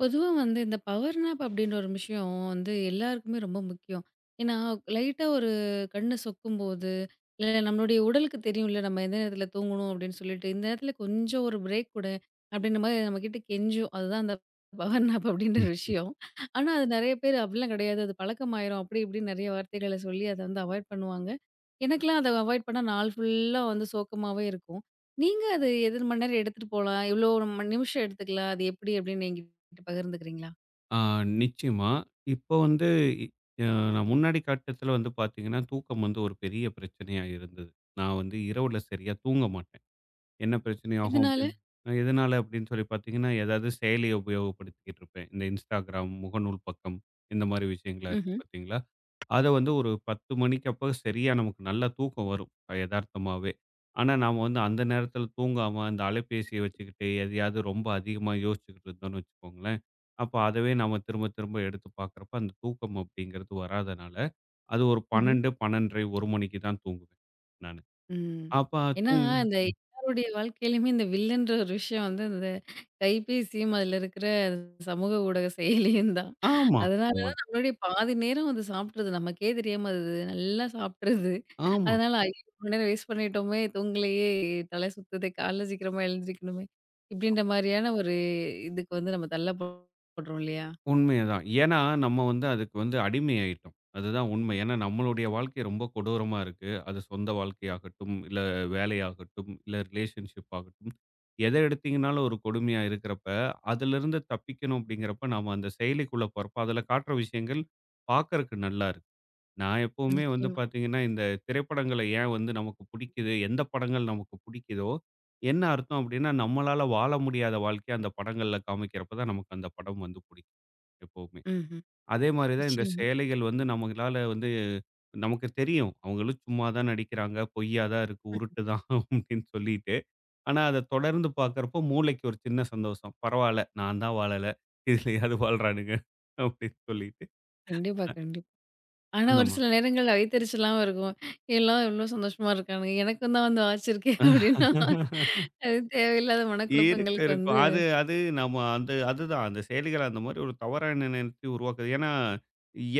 பொதுவா வந்து இந்த பவர் நாப் அப்படின்ற ஒரு விஷயம் வந்து எல்லாருக்குமே ரொம்ப முக்கியம். ஏன்னா, லைட்டா ஒரு கண்ணு சொக்கும்போது, இல்ல நம்மளுடைய உடலுக்கு தெரியும்ல நம்ம எந்த நேரத்தில தூங்கணும் அப்படின்னு சொல்லிட்டு, இந்த நேரத்தில கொஞ்சம் ஒரு பிரேக் குடு அப்படின்ற மாரி நம்மகிட்ட கெஞ்சும். அதுதான் அந்த பவர் நாப் அப்படின்ற ஒரு விஷயம். ஆனா, அது நெறைய பேர் அப்படிலாம் கிடையாது. அது பழக்கமாயிரும் அப்படி இப்படின்னு நெறைய வார்த்தைகள சொல்லி அத வந்து அவாய்ட் பண்ணுவாங்க. எனக்கெல்லாம் அத அவாய்ட் பண்ணா நாள் ஃபுல்லா வந்து சோக்கமாவே இருக்கும். நீங்க அது எத்தன மணி நேரம் எடுத்துட்டு போலாம்? எவ்வளோ மண் நிமிஷம் எடுத்துக்கலாம்? அது எப்படி அப்படின்னு என்கிட்ட என்கிட்ட பகிர்ந்துக்கிறீங்களா? ஆ நிச்சயமா. இப்போ வந்து இ அ நான் முன்னாடி காட்டத்தில வந்து பார்த்தீங்கன்னா, தூக்கம் வந்து ஒரு பெரிய பிரச்சனையா இருந்தது. நான் வந்து இரவுல சரியா தூங்க மாட்டேன். என்ன பிரச்சனையாகும் எதனால? அப்படின்னு எதனால அப்படின்னு சொல்லி பார்த்தீங்கன்னா, ஏதாவது செயலிய உபயோகப்படுத்திக்கிட்டு இருப்பேன். இந்த Instagram, முகநூல் பக்கம் இந்த மாரி விஷயங்களா இருக்கு ம்ஹ்ம், பார்த்தீங்களா? அத வந்து ஒரு 10 மணிக்கு அப்ப சரியா நமக்கு நல்லா தூக்கம் வரும் எதார்த்தமாவே. ஆனா நாம வந்து அந்த நேரத்தில தூங்காம அந்த அலைபேசிய வச்சுக்கிட்டு எதையாவது ரொம்ப அதிகமா யோசிச்சுக்கிட்டு இருந்தோம்னு வச்சுக்கோங்களேன், அப்ப அதவே நாம திரும்ப திரும்ப எடுத்து பார்க்குறப்ப அந்த தூக்கம் அப்படிங்கிறது வராதனால, அது ஒரு ம்ஹ்ம். 12, 12:30, 1 மணிக்கு தான் தூங்குவேன் நானு. ம். அப்ப ஏன்னா, தூங்கு அந்த எல்லாருடைய வாழ்க்கையிலயுமே இந்த வில்லுன்ற ஒரு விஷயம் வந்து இந்த கைபேசியும், அதில இருக்கிற சமூக ஊடக செயலியும் தான். ஆமா. அதனால உண்ம தான் நம்மளுடைய பாதி நேரம் அது சாப்பிட்ருது. நமக்கே தெரியாம அது நல்லா சாப்பிட்ருது. ஆமா. அதனால ஐயோ! இவ்ளோ நேரம் வேஸ்ட் பண்ணிட்டோமே! தூங்கலையே! தலை சுத்துதே! காலைல சீக்கிரமா எழுந்திரிக்கணுமே! இப்படின்ற மாரியான ஒரு இதுக்கு வந்து நம்ம தள்ளப்படுறோம் இல்லையா? உண்மைதான். ஏன்னா, நம்ம வந்து அதுக்கு வந்து அடிமையாயிட்டோம். அதுதான் உண்மை. ஏன்னா, நம்மளுடைய வாழ்க்கை ரொம்ப கொடூரமா இருக்கு. அது சொந்த வாழ்க்கையாகட்டும், இல்ல வேலையாகட்டும், இல்ல ரிலேஷன்ஷிப் ஆகட்டும். எத எடுத்தீங்கனாலும் ஒரு கொடுமையா இருக்கிறப்ப, அதிலிருந்து தப்பிக்கணும் அப்படிங்கிறப்ப, நாம அந்த செயலிக்குள்ள போறப்ப, அதில காட்டுற விஷயங்கள் பார்க்கறக்கு நல்லா இருக்கு. நான் எப்பவுமே வந்து நிச்சயமா. பார்த்தீங்கன்னா, இந்த திரைப்படங்கள ஏன் வந்து நமக்கு பிடிக்குது? எந்த படங்கள் நமக்கு பிடிக்குதோ, என்ன அர்த்தம் அப்படின்னா, நம்மளால வாழ முடியாத வாழ்க்கைய அந்த படங்கள்ல காமிக்கிறப்ப தான் நமக்கு அந்த படம் வந்து பிடிக்கும். எப்பவுமே. ம்ஹ்ம். அதே மாரி தான் இந்த நிச்சயமா. சேலைகள் வந்து நம்மளால வந்து நமக்கு தெரியும். அவங்களும் சும்மா தான் நடிக்கிறாங்க. பொய்யா தான் இருக்கு. உருட்டு தான் அப்படின்னு சொல்லிட்டு. ஆனா அத தொடர்ந்து பார்க்கிறப்போ மூளைக்கு ஒரு சின்ன சந்தோஷம். பரவால்ல. நான் தான் வாழல. இதுலயாவது வாழ்றானுங்க அப்படின்னு சொல்லிட்டு. கண்டிப்பா, கண்டிப்பா. ஆனா, அந்த ஒரு சில நேரங்கள்ல வயித்தெரிச்சலாம் இருக்கும். எல்லாம் எவ்ளோ சந்தோஷமா இருக்கானுங்க. எனக்கும் தான் வந்து ஆச்சிருக்கே அப்டின்னா, மா அது தேவையில்லாத மனக்குழப்பங்களுக்கு வந்து இருக்கும். அது அது நம்ம அதுதான். அந்த செயலிகள் அந்த மாரி ஒரு தவறான எண்ணத்தை உருவாக்குது. ஏன்னா,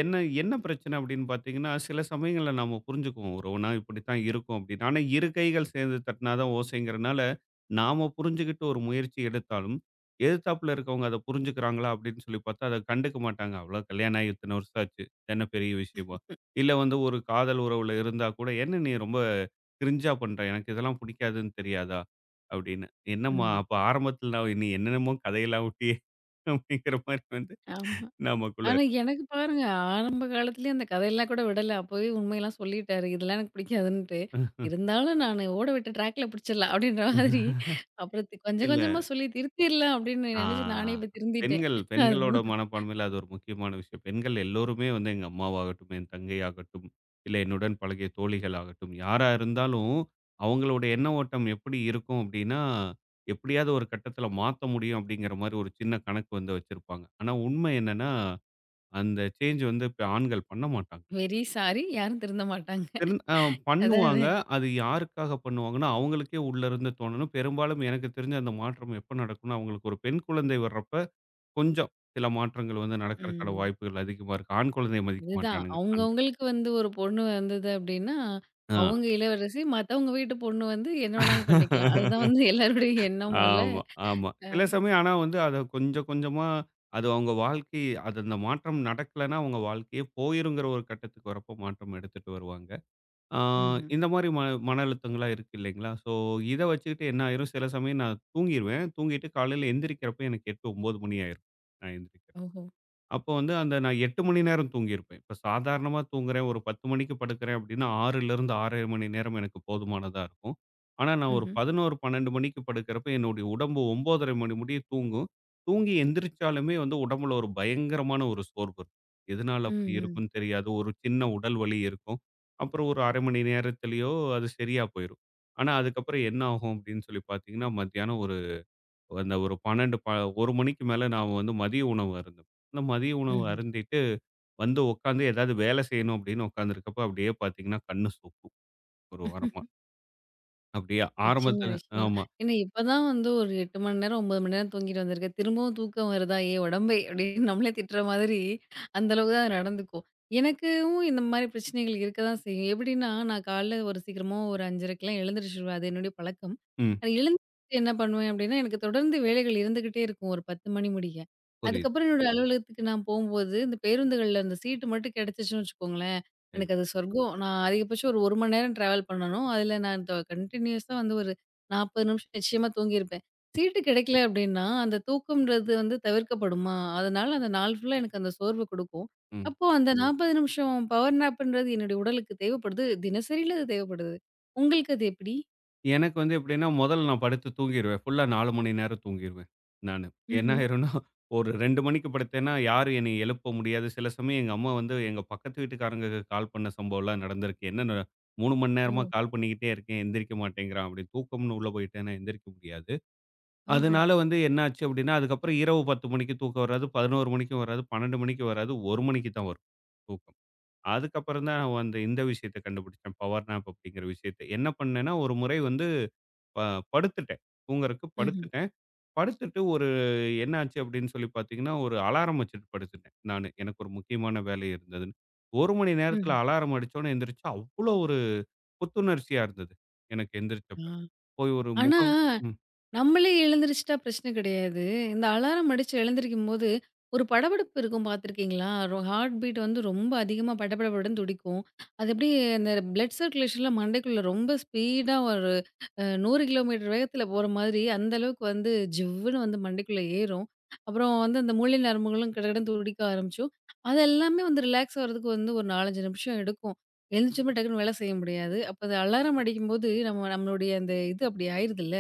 என்ன என்ன பிரச்சனை அப்படின்னு பார்த்தீங்கன்னா, சில சமயங்கள்ல நம்ம புரிஞ்சுக்குவோம். உறவுனா இப்படித்தான் இருக்கும் அப்படின்னு. ஆனா, இரு கைகள் சேர்ந்து தட்டினா தான் ஓசைங்கிறனால, நாம புரிஞ்சுகிட்டு ஒரு முயற்சி எடுத்தாலும், எதிர்த்தாப்புல இருக்கவங்க அத புரிஞ்சுக்கிறாங்களா அப்படின்னு சொல்லி பார்த்தா, அத கண்டுக்க மாட்டாங்க. அவ்வளோ கல்யாணம் ஆகி இத்தன வருஷம் ஆச்சு. என்ன பெரிய விஷயமா? இல்ல வந்து ஒரு காதல் உறவுல இருந்தா கூட, "என்ன நீ ரொம்ப கிரிஞ்சா பண்ற? எனக்கு இதெல்லாம் பிடிக்காதுன்னு தெரியாதா?" அப்படின்னு. என்னம்மா! ம். அப்ப ஆரம்பத்துல நான் நீ என்னென்னமோ கதையெல்லாம் விட்டியே! அப்படிங்கிற மாரி வந்து ஆமா. நமக்குள்ள ஆனா, இருக்கும். எனக்கு பாருங்க ஆரம்ப காலத்திலயே அந்த கதையெல்லாம் கூட விடல. அப்பவே உண்மையெல்லாம் சொல்லிட்டாரு. இதெல்லாம் எனக்கு பிடிக்காதுன்ட்டு. இருந்தாலும் நானு ஓட விட்டு ட்ராக்ல பிடிச்சிடலாம் அப்டின்ற மாதிரி அப்புறம் கொஞ்சம் இல்ல. கொஞ்சமா சொல்லி திருத்திர்லாம் அப்டின்னு ஆ நெனச்சு நானே இப்ப திருந்திட்டேன். பெண்களோட அதுதான் மனப்பான்மையில அது ஒரு முக்கியமான விஷயம். பெண்கள் எல்லோருமே வந்து எங்க அம்மாவாகட்டும், என் தங்கையாகட்டும், இல்ல என்னுடன் பழகிய தோழிகள் ஆகட்டும், யாரா இருந்தாலும் அவங்களோட எண்ண ஓட்டம் எப்படி இருக்கும் அப்படின்னா, எப்படியாவது ஒரு கட்டத்துல மாத்த முடியும் அப்படிங்கிற மாரி ஒரு சின்ன கணக்கு வந்து வச்சிருப்பாங்க. ஆனா உண்மை என்னன்னா, அந்த சேஞ்ச் வந்து இப்ப ஆண்கள் பண்ண மாட்டாங்க. வெரி சாரி யாரும் திருந்த மாட்டாங்க. திறன் அ பண்ணுவாங்க. அதானே? அது யாருக்காக பண்ணுவாங்கன்னா, அவங்களுக்கே உள்ளருந்து தோணணும். பெரும்பாலும் எனக்கு தெரிஞ்சு அந்த மாற்றம் எப்ப நடக்கும்னா, அவங்களுக்கு ஒரு பெண் குழந்தை வர்றப்ப, கொஞ்சம் சில மாற்றங்கள் வந்து நடக்கறக்கான ம். வாய்ப்புகள் அதிகமா இருக்கு. ஆண் குழந்தைய மதிக்க அதுதான். மாட்டானுங்க. அவுங்க ஆண்கள். அவுங்களுக்கு வந்து ஒரு பொண்ணு வந்தது அப்டின்னா, ஆ. அவுங்க இளவரசி. மத்தவங்க வீட்டு பொண்ணு வந்து என்ன வேணாலும் பண்ணிக்கலாம். அதுதான் வந்து எல்லாருடைய எண்ணமும் இல்ல. ஆமா, ஆமா. அ. சில சமயம் ஆனா வந்து அத கொஞ்சம் கொஞ்சமா அவங்க வாழ்க்கை அது அந்த மாற்றம் நடக்கலன்னா, அவங்க வாழ்க்கையே போயிருங்கிற ஒரு கட்டத்துக்கு வரப்போ மாற்றம் எடுத்துட்டு வருவாங்க. ஆ, ம்ஹ்ம். இந்த மாரி மன அழுத்தங்களா இருக்கு இல்லைங்களா? ஸோ, இத வச்சுக்கிட்டு என்ன ஆயிரும், சில சமயம் நான் தூங்கிருவேன். தூங்கிட்டு காலையில எந்திரிக்கிறப்ப எனக்கு 8, 9 மணி ஆயிரும். நான் எந்திரிக்க. ஓஹோ! அப்போ வந்து அந்த நான் 8 மணி நேரம் தூங்கியிருப்பேன். இப்ப சாதாரணமா தூங்குறேன், ஒரு 10 மணிக்கு படுக்கிறேன் அப்டின்னா, 6லிருந்து 6 1/2 மணி நேரம் எனக்கு போதுமானதா இருக்கும். ஆனா நான் ஒரு ம்ஹ்ம். 11, 12 மணிக்கு படுக்கிறப்ப என்னுடைய உடம்பு 9:30 மணி முடிய தூங்கும். தூங்கி எந்திரிச்சாலுமே வந்து உடம்புல ஒரு பயங்கரமான ஒரு சோர்வு இருக்கும். எதனால ம், அப்டி ம், இருக்கும்னு தெரியாது. ஒரு சின்ன உடல் வலி இருக்கும். அப்புறம் ஒரு 1/2 மணி நேரத்திலேயோ அது சரியா போயிரும். ஆனா அதுக்கப்புறம் என்ன ஆகும் அப்டின்னு சொல்லி பார்த்தீங்கன்னா, மத்தியானம் அந்த ஒரு 12 1 மணிக்கு மேல நான் வந்து மதிய உணவு அருந்துவேன். அந்த மதிய உணவு ம்ஹ்ம். அருந்திட்டு வந்து உட்காந்து ஏதாவது வேலை செய்யணும் அப்படின்னு உட்காந்துருக்கப்ப அப்படியே பார்த்தீங்கன்னா, கண்ணு சொக்கும் ஒரு ஓரமா. அப்படியே நிச்சயமா, ஆரம்பத்தில நிச்சயமா. ஆமா. ஏன்னா இப்பதான் வந்து ஒரு 8 மணி நேரம், 9 மணி நேரம் தூங்கிட்டு வந்திருக்கேன். திரும்பவும் தூக்கம் வருதா? ஏய் உடம்பே! அப்படின்னு நம்மளே திட்டுற மாதிரி அந்த அளவுக்கு தான் நடந்துக்கும். எனக்கும் இந்த மாதிரி பிரச்சனைகள் இருக்க தான் செய்யும். எப்படின்னா, நான் காலைல ஒரு சீக்கிரமா ஒரு 5:30க்கெல்லாம் எழுந்திரிச்சுருவேன். அது என்னுடைய பழக்கம். ம். அது எழுந்திரிச்சு என்ன பண்ணுவேன் அப்படின்னா, எனக்கு தொடர்ந்து வேலைகள் இருந்துகிட்டே இருக்கும் ஒரு 10 மணி முடிய. புரியுது. அதுக்கப்புறம் என்னோட அலுவலகத்துக்கு நான் போம்போது, இந்த பேருந்துகள்ல அந்த சீட்டு மட்டும் கிடைச்சுச்சுன்னு வச்சுக்கோங்களேன். சரி. எனக்கு அது சொர்க்கம். நான் அதிகபட்சம் ஒரு 1 மணி நேரம் டிராவல் பண்ணணும். அதில நான் கன்டினியூஸா வந்து ஒரு 40 நிமிஷம் நிச்சயமா தூங்கியிருப்பேன். சீட்டு கிடைக்கல அப்டின்னா, அந்த தூக்கம்ன்றது வந்து தவிர்க்கப்படுமா? அதனால அந்த நாள் ஃபுல்லா எனக்கு அந்த சோர்வு குடுக்கும். ம். அப்போ அந்த 40 நிமிஷம் பவர் நாப்ன்றது என்னுடைய உடலுக்கு தேவைப்படுது. தினசரில அது தேவைப்படுது. உங்களுக்கு அது எப்டி? எனக்கு வந்து எப்படின்னா, முதல்ல நான் படுத்து தூங்கிருவேன். ஃபுல்லா 4 மணி நேரம் தூங்கிருவேன் நானு. என்ன ம்ஹ்ம். ஆயிரும்னா, ஒரு 2 மணிக்கு படுத்தேன்னா, யாரும் என்னைய எழுப்ப முடியாது. சில சமயம் எங்க அம்மா வந்து எங்க பக்கத்து வீட்டுக்காரங்களுக்கு கால் பண்ண சம்பவம்லாம் நடந்திருக்கு. என்னன்னா, 3 மணி நேரமா ஓ! கால் பண்ணிக்கிட்டே இருக்கேன், எந்திரிக்க மாட்டேங்கிறான் அப்படி. தூக்கம்னு உள்ள போயிட்டேன்னா எந்திரிக்க முடியாது. ஓஹோ! அதனால வந்து என்னாச்சு அப்படின்னா, அதுக்கப்புறம் இரவு 10 மணிக்கு தூக்கம் வராது, 11 மணிக்கும் வராது, 12 மணிக்கும் வராது, 1 மணிக்கு தான் வரும் தூக்கம். அதுக்கப்புறம் தான் நான் வந்து இந்த விஷயத்த கண்டுபிடிச்சேன். பவர் நேப் அப்படிங்கிற விஷயத்த. என்ன பண்ணேன்னா, ஒரு முறை வந்து ப படுத்துட்டேன். தூங்குறக்கு ம்ஹ்ம். படுத்துட்டேன். படுத்துட்டு ஒரு என்ன ஆச்சு அப்படின்னு சொல்லி பார்த்தீங்கன்னா, ஒரு அலாரம் வச்சுட்டு படுத்துட்டேன் நானு. எனக்கு ஒரு முக்கியமான வேலை இருந்ததுன்னு. 1 மணி நேரத்தில ம்ஹ்ம். அலாரம் அடிச்சோனே எந்திரிச்சு அவ்வளோ ஒரு புத்துணர்ச்சியா இருந்தது. எனக்கு ஆ. எந்திரிச்சப்ப. போய் ஒரு ஆனா முகம் ம். நம்மளே எழுந்திரிச்சிட்டா பிரச்சனை கிடையாது. இந்த அலாரம் அடிச்சு எழுந்திரிக்கும்போது, ஒரு படபடப்பு இருக்கும் பார்த்துருக்கீங்களா? ஹார்ட் பீட் வந்து ரொம்ப அதிகமா படபடபடன்னு துடிக்கும். அது அப்படியே இந்த பிளட் சர்க்குலேஷன்ல மண்டைக்குள்ள ரொம்ப ஸ்பீடா ஒரு 100 கிலோமீட்டர் வேகத்தில போற மாதிரி, அந்த அளவுக்கு வந்து ஜிவ்வுன்னு வந்து மண்டைக்குள்ள ஏறும். அப்புறம் வந்து அந்த மூளை நரம்புகளும் கடகடன்னு துடிக்க ஆரம்பிச்சுரும். அது எல்லாமே வந்து ரிலாக்ஸ் ஆகுறதுக்கு வந்து ஒரு 4, 5 நிமிஷம் எடுக்கும். எழுந்திரிச்சோமே டக்குன்னு வேலை செய்ய முடியாது. அப்ப அது அலாரம் அடிக்கும்போது, நம்ம நம்மளுடைய அந்த இது அப்படி ஆயிருதுல்ல.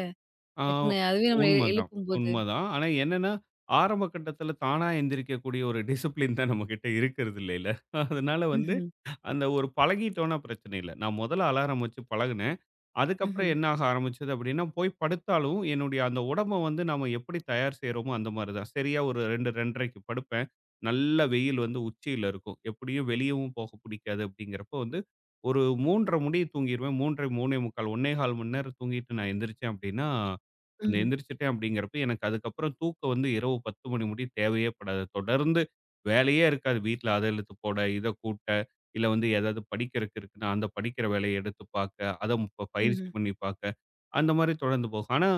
ஆ டக்குன்னு அதுவே நம்மள உண்மதான், எழுப்பும்போது. உண்மதான். ஆனா என்னன்னா, ஆரம்ப கட்டத்தில தானா எந்திரிக்கக்கூடிய ஒரு டிசிப்ளின் தான் நம்மகிட்ட இருக்கிறது இல்லைல. அதனால வந்து ம்ஹ்ம். அந்த ஒரு பழகிட்டோம்னா பிரச்சனை இல்லை. நான் முதல்ல அலாரம் வச்சு பழகுனேன். அதுக்கப்புறம் ம்ஹ்ம். என்ன ஆக ஆரம்பிச்சது அப்படின்னா, போய் படுத்தாலும் என்னுடைய அந்த உடம்ப வந்து நாம எப்படி தயார் செய்றோமோ அந்த மாரி தான். சரியா ஒரு 2, 2:30க்கு படுப்பேன். நல்ல வெயில் வந்து உச்சியில இருக்கும். எப்படியும் வெளியவும் போக பிடிக்காது அப்படிங்கிறப்ப வந்து ஒரு 3:30 முடிய தூங்கிருவேன். 3:30, 3:45 1 1/4 மணி நேரம் தூங்கிட்டு நான் எந்திரிச்சேன் அப்படின்னா, அந்த ம்ஹ்ம். எந்திரிச்சுட்டேன் அப்படிங்கிறப்ப எனக்கு அதுக்கப்புறம் தூக்கம் வந்து இரவு 10 மணி முடிய தேவையே படாது. தொடர்ந்து வேலையே இருக்காது. வீட்ல அத இழுத்து போட, இத கூட்டு இல்ல வந்து ஏதாவது படிக்கிறக்கு இருக்குன்னா, அந்த படிக்கிற வேலைய எடுத்து பாக்க, அத இப்ப பயிற்சி ம்ஹ்ம். பண்ணி பாக்க, அந்த மாரி தொடர்ந்து போகும். ஆனா,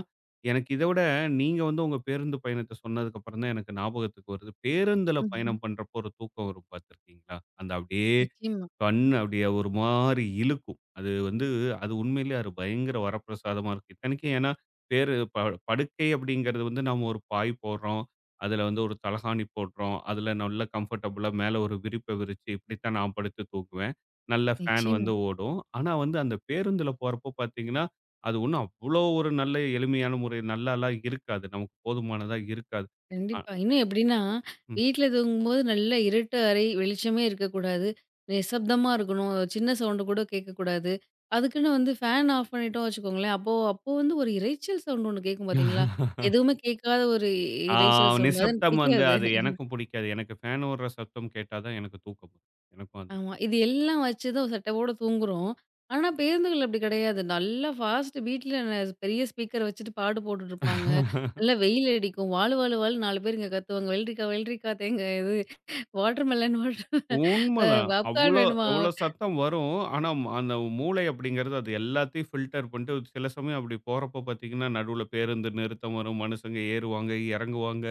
எனக்கு இத விட நீங்க வந்து உங்க பேருந்து பயணத்த சொன்னதுக்கு அப்புறம் தான் எனக்கு ஞாபகத்துக்கு வருது. பேருந்துல ம்ஹ்ம். பயணம் பண்றப்போ ஒரு தூக்கம் வரும் பாத்திருக்கீங்களா? அந்த அப்படியே நிச்சயமா, கண்ணு அப்படியே ஒரு மாரி இழுக்கும். அது வந்து அது உண்மையிலேயே அது பயங்கர வரப்பிரசாதமா இருக்கும். இத்தனைக்கும் ஏன்னா, பேரு ப படுக்கை அப்படிங்கிறது வந்து நாம ஒரு பாய் போடுறோம். அதில வந்து ஒரு தலகாணி போடுறோம். அதில நல்ல கம்ஃபர்டபுளா மேல ஒரு விரிப்ப விரிச்சு இப்படித்தான் நான் படுத்து தூங்குவேன். நல்ல ஃபேன் நிச்சயமா. வந்து ஓடும். ஆனா வந்து அந்த பேருந்தில போறப்போ பார்த்தீங்கன்னா, அது ஒண்ணும் அவ்வளோ ஒரு நல்ல எளிமையான முறை நல்லாலாம் இருக்காது. நமக்கு போதுமானதா இருக்காது. அ, கண்டிப்பா. இன்னும் எப்படின்னா, வீட்ல தூங்கும்போது நல்லா இருட்டு அறை, வெளிச்சமே இருக்கக்கூடாது. நிசப்தமா இருக்கணும். சின்ன சவுண்டு கூட கேட்கக்கூடாது. அதுக்குன்னு வந்து ஃபேன் ஆஃப் பண்ணிட்டோம் வச்சுக்கோங்களேன், அப்போ அப்போ வந்து ஒரு இரைச்சல் சவுண்ட் ஒண்ணு கேட்கும் பார்த்தீங்களா? ம். எதுவுமே கேட்காத ஒரு ஆ இரைச்சல் சவுண்ட். அது எனக்கு நிசப்தம் வந்து பிடிக்காது. அது எனக்கும் புடிக்காது. எனக்கு ஃபேன் ஓடுற சத்தம் கேட்டா தான் எனக்கு தூக்கம் வரும். எனக்கும் அது ஆமா. இது எல்லாம் வச்சு தான் சட்டவோட தூங்குறோம். ஆனா, பேருந்துகள் அப்படி கிடையாது. நல்லா ஃபாஸ்ட் வீட்ல பெரிய ஸ்பீக்கர் வச்சுட்டு பாட்டு போட்டுட்டுருப்பாங்க. நல்லா வெயில் அடிக்கும். வாலு வாலு வாலுன்னு 4 பேர் இங்க கத்துவாங்க. "வெல்ரிக்கா, வெல்ரிக்கா தேங்க இது வாட்டர்மெலன் வாட்டர் உண்மதான். பாப்கார்ன் அவ்ளோ வேணுமா?" அவ்ளோ சத்தம் வரும். ஆனா அந்த மூளை அப்படிங்கிறது அது எல்லாத்தையும் ஃபில்டர் பண்ணிட்டு சில சமயம் அப்படி போறப்ப பார்த்தீங்கன்னா, நடுவுல பேருந்து நிறுத்தம் வரும். மனுஷங்க ஏறுவாங்க, இறங்குவாங்க.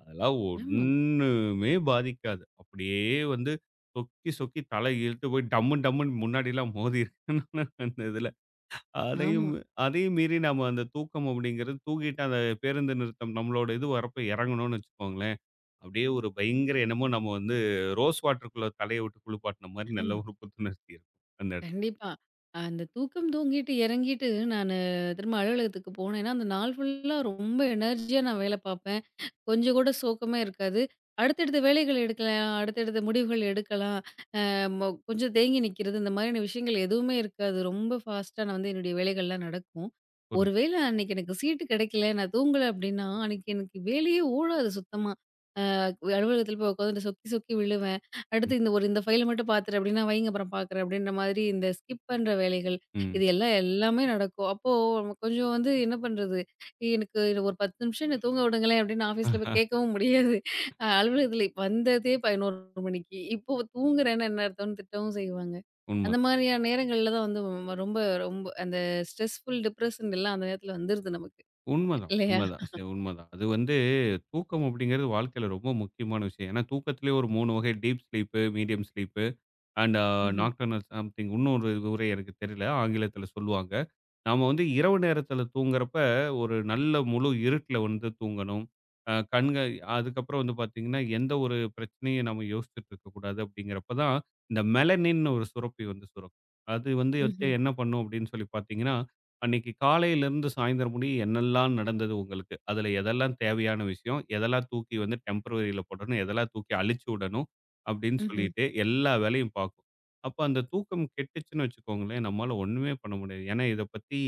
அதெல்லாம் ஆமா, ஒண்ணுமே பாதிக்காது. அப்படியே வந்து சொக்கி, சொக்கி தலை இழுத்து போய் டம்மு டம்முன்னு முன்னாடிலாம் மோதியிருக்குன்னு அந்த இதுல. அதையும் ஆமா, அதையும் மீறி நாம அந்த தூக்கம் அப்படிங்கிறது தூங்கிட்டு அந்த பேருந்து நிறுத்தம் நம்மளோட இது வரப்ப இறங்கணும்னு வச்சுக்கோங்களேன், அப்படியே ஒரு பயங்கர என்னமோ நம்ம வந்து ரோஸ் வாட்டருக்குள்ள தலைய விட்டு குளிப்பாட்டுன மாரி நல்ல ஆமா. ஒரு புத்துணர்ச்சி இருக்கும். அந்த இடத்துல. கண்டிப்பா. அந்த தூக்கம் தூங்கிட்டு இறங்கிட்டு நானு திரும்ப அலுவலகத்துக்கு போனேன்னா, அந்த நாள் ஃபுல்லா ரொம்ப எனர்ஜியா நான் வேலை பார்ப்பேன். கொஞ்சம் கூட சோக்கமே இருக்காது. அடுத்தடுத்த வேலைகள் எடுக்கலாம். அடுத்தடுத்த முடிவுகள் எடுக்கலாம். கொஞ்சம் தேங்கி நிக்கிறது, இந்த மாதிரியான விஷயங்கள் எதுவுமே இருக்காது. ரொம்ப ஃபாஸ்ட்டா நான் வந்து என்னுடைய வேலைகள்லாம் நடக்கும். ஒரு புரியுது. வேள அன்னைக்கு எனக்கு சீட்டு கிடைக்கல, நான் தூங்கல அப்படின்னா, அன்னைக்கு எனக்கு வேலையே ஓடாது சுத்தமா. அலுவலகத்தில போய் உட்காந்துட்டு சொக்கி சொக்கி விழுவேன். ம். அடுத்து இந்த ஒரு இந்த ஃபைல மட்டும் பார்த்துரு அப்படின்னா, வைங்க அப்புறம் பார்க்குறேன் அப்படின்ற மாதிரி இந்த ஸ்கிப் பண்ற வேலைகள். ம். இது எல்லாம் எல்லாமே நடக்கும். அப்போ கொஞ்சம் வந்து என்ன பண்றது? எனக்கு இது ஒரு 10 நிமிஷம் என்ன தூங்க விடுங்களேன் அப்படின்னு ஆஃபீஸ்ல ஆ போய் கேட்கவும் முடியாது. அலுவலகத்தில வந்ததே 11 மணிக்கு. இப்போ தூங்குறேன்னா என்ன அர்த்தம்னு திட்டவும் செய்வாங்க. அந்த உண்மதான். மாதிரியான நேரங்கள்ல தான் வந்து ரொம்ப ரொம்ப அந்த ஸ்ட்ரெஸ்ஃபுல், டிப்ரஷன் எல்லாம் அந்த நேரத்தில வந்துருது நமக்கு. உண்மதான், இல்லையா? உண்மதான். சரி உண்மதான். அது வந்து தூக்கம் அப்படிங்கிறது வாழ்க்கையில ரொம்ப முக்கியமான விஷயம். ஏன்னா தூக்கத்திலேயே ஒரு 3 வகை deep sleep, medium sleep and ம்ஹ்ம். நாக்டர்னல் சம்திங் இன்னொரு உரை எனக்கு தெரியல. ஆங்கிலத்தில சொல்லுவாங்க. நாம வந்து இரவு நேரத்தில தூங்குறப்ப, ஒரு நல்ல முழு இருட்டுல வந்து தூங்கணும். கண்கள் அதுக்கப்புறம் வந்து பார்த்தீங்கன்னா, எந்த ஒரு பிரச்சனையும் நம்ம யோசிச்சுட்டு இருக்கக்கூடாது அப்படிங்கிறப்ப தான், இந்த மெலனின்னு ஒரு சுரப்பி வந்து சுரக்கும். அது வந்து வந்து ம்ஹ்ம். என்ன பண்ணும் அப்படின்னு சொல்லி பார்த்தீங்கன்னா, அன்னைக்கு காலையிலேருந்து சாயந்தரம் முடிய என்னெல்லாம் நடந்தது உங்களுக்கு? அதில எதெல்லாம் தேவையான விஷயம்? எதெல்லாம் தூக்கி வந்து டெம்பரவரியில போடணும்? எதெல்லாம் தூக்கி அழிச்சு விடணும்? அப்படின்னு ம்ஹ்ம். சொல்லிட்டு எல்லா வேலையும் பார்க்கும். அப்ப அந்த தூக்கம் கெட்டுச்சுன்னு வச்சுக்கோங்களேன், நம்மால ஒண்ணுமே பண்ண முடியாது. ஏன்னா, இத பத்தி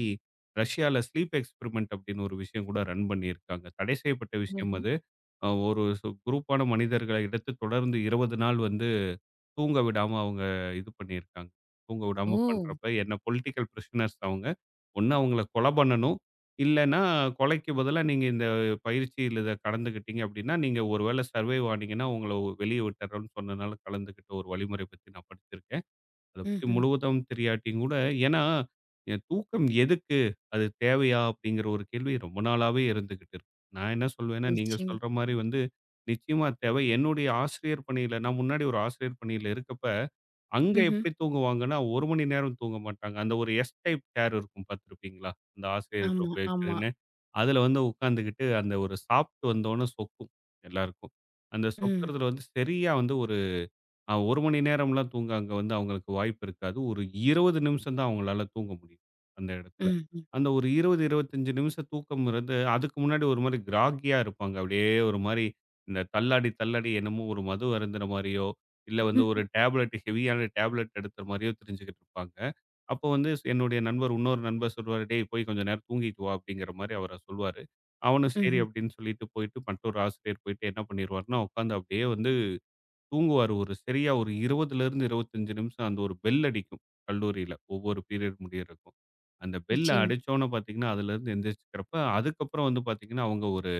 ரஷ்யால ஸ்லீப் எக்ஸ்பெரிமென்ட் அப்படின்னு ஒரு விஷயம் கூட ரன் பண்ணியிருக்காங்க. தடை செய்யப்பட்ட விஷயம் ஓஹோ! அது. ஒரு குரூப்பான மனிதர்களை எடுத்து தொடர்ந்து 20 நாள் வந்து தூங்க விடாம அவங்க இது பண்ணியிருக்காங்க. தூங்க விடாம ஓ! பண்றப்ப என்ன பொலிட்டிக்கல் பிரிசனர்ஸ் அவங்க. ஒண்ணு அவங்கள கொலை பண்ணணும். இல்லன்னா, கொலைக்கு பதிலா நீங்க இந்த பயிற்சியில இத கலந்துக்கிட்டீங்க அப்படின்னா, நீங்க ஒரு வேள சர்வைவ் ஆனீங்கன்னா, உங்கள வெளிய விட்டுறோம்ன்னு சொன்னனால கலந்துக்கிட்ட ஒரு வழிமுறை பத்தி நான் படிச்சிருக்கேன். அத பத்தி ம்ஹ்ம். முழுவதும் தெரியாட்டியும் கூட ஏன்னா, என் தூக்கம் எதுக்கு? அது தேவையா? அப்படிங்கிற ஒரு கேள்வி ரொம்ப நாளாவே இருந்துகிட்டு இருக்கு. நான் என்ன சொல்வேன்னா, நீங்க நிச்சயமா. சொல்ற மாரி வந்து நிச்சயமா தேவை. என்னுடைய ஆசிரியர் பணியில நான் முன்னாடி ஒரு ஆசிரியர் பணியில இருக்கப்ப, அங்க ம்ஹ்ம். எப்படி தூங்குவாங்கன்னா, 1 மணி நேரம் தூங்க மாட்டாங்க. அந்த ஒரு எஸ் டைப் சேர் இருக்கும் பார்த்திருப்பீங்களா? அந்த ஆசிரியர்கள் ஆமா, ஆமா. உபயோகிக்கிறதுன்னு. அதுல வந்து உட்காந்துகிட்டு அந்த ஒரு சாப்பிட்டு வந்தோன சொக்கும் எல்லாருக்கும். அந்த ம், சொக்கறதுல வந்து சரியா வந்து 1 மணி நேரம்லாம் தூங்க அங்க வந்து அவங்களுக்கு வாய்ப்பு இருக்காது. ஒரு 20 நிமிஷம் தான் அவங்களால தூங்க முடியும், அந்த இடத்துல. ம், ம். அந்த ஒரு 20, 25 நிமிஷம் தூக்கம்ங்கிறது அதுக்கு முன்னாடி ஒரு மாரி கிராகியா இருப்பாங்க. அப்படியே ஒரு மாரி இந்த தள்ளாடி, தள்ளாடி என்னமோ ஒரு மது அருந்துன மாரியோ, இல்ல வந்து ஒரு டேப்லெட் ஹெவியான டேப்லெட் எடுத்த மாரியோ தெரிஞ்சுக்கிட்டு இருப்பாங்க. அப்போ வந்து என்னுடைய நண்பர் இன்னொரு நண்பர் சொல்லுவாரு, "டேய் போய் கொஞ்ச நேரம் தூங்கிட்டு வா" அப்படிங்கிற மாரி அவர சொல்லுவாரு. அவனும் சரி ம்ஹ்ம். அப்படின்னு சொல்லிட்டு போயிட்டு மற்றொரு ஆசிரியர் போயிட்டு என்ன பண்ணிருவாருன்னா, உட்காந்து அப்படியே வந்து தூங்குவாரு. ஒரு சரியா ஒரு 20லிருந்து 25 நிமிஷம் அந்த ஒரு பெல் அடிக்கும் கல்லூரியில. ஒவ்வொரு பீரியட் முடியறக்கும். அந்த பெல் நிச்சயமா. அடிச்சோனே பார்த்தீங்கன்னா, அதுலருந்து எந்திரிச்சுக்கிறப்ப, அதுக்கப்புறம் வந்து பார்த்தீங்கன்னா, அவங்க ஒரு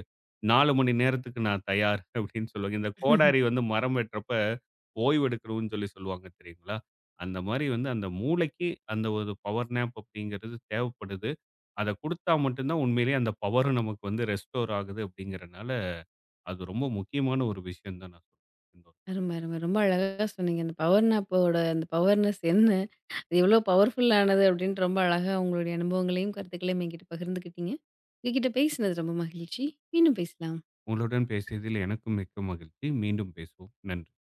4 மணி நேரத்துக்கு நான் தயார் அப்படின்னு சொல்லுவாங்க. இந்த கோடாரி வந்து மரம் வெட்டுறப்ப ஓய்வு எடுக்கணும்னு சொல்லி சொல்லுவாங்க தெரியுங்களா? அந்த மாரி வந்து அந்த மூளைக்கு அந்த ஒரு பவர் நேப் அப்படிங்கிறது தேவைப்படுது. அத குடுத்தா மட்டும் தான் உண்மையிலேயே அந்த பவரும் நமக்கு வந்து ரெஸ்டோர் ஆகுது அப்படிங்கிறனால, அது ரொம்ப முக்கியமான ஒரு விஷயம் தான் நான் சொல்வேன். அரும, அரும. ரொம்ப அழகா சொன்னீங்க. அந்த பவர் நாப்போட அந்த பவர்னஸ் என்ன? அது எவ்வளோ பவர்ஃபுல்லானது அப்டின்ட்டு ரொம்ப அழகா உங்களுடைய அனுபவங்களையும், கருத்துக்களையும் என்கிட்ட பகிர்ந்துக்கிட்டீங்க. உங்ககிட்ட பேசினது ரொம்ப மகிழ்ச்சி. மீண்டும் பேசலாம். உங்களுடன் பேசியதில் எனக்கும் மிக்க மகிழ்ச்சி. மீண்டும் பேசுவோம். நன்றி.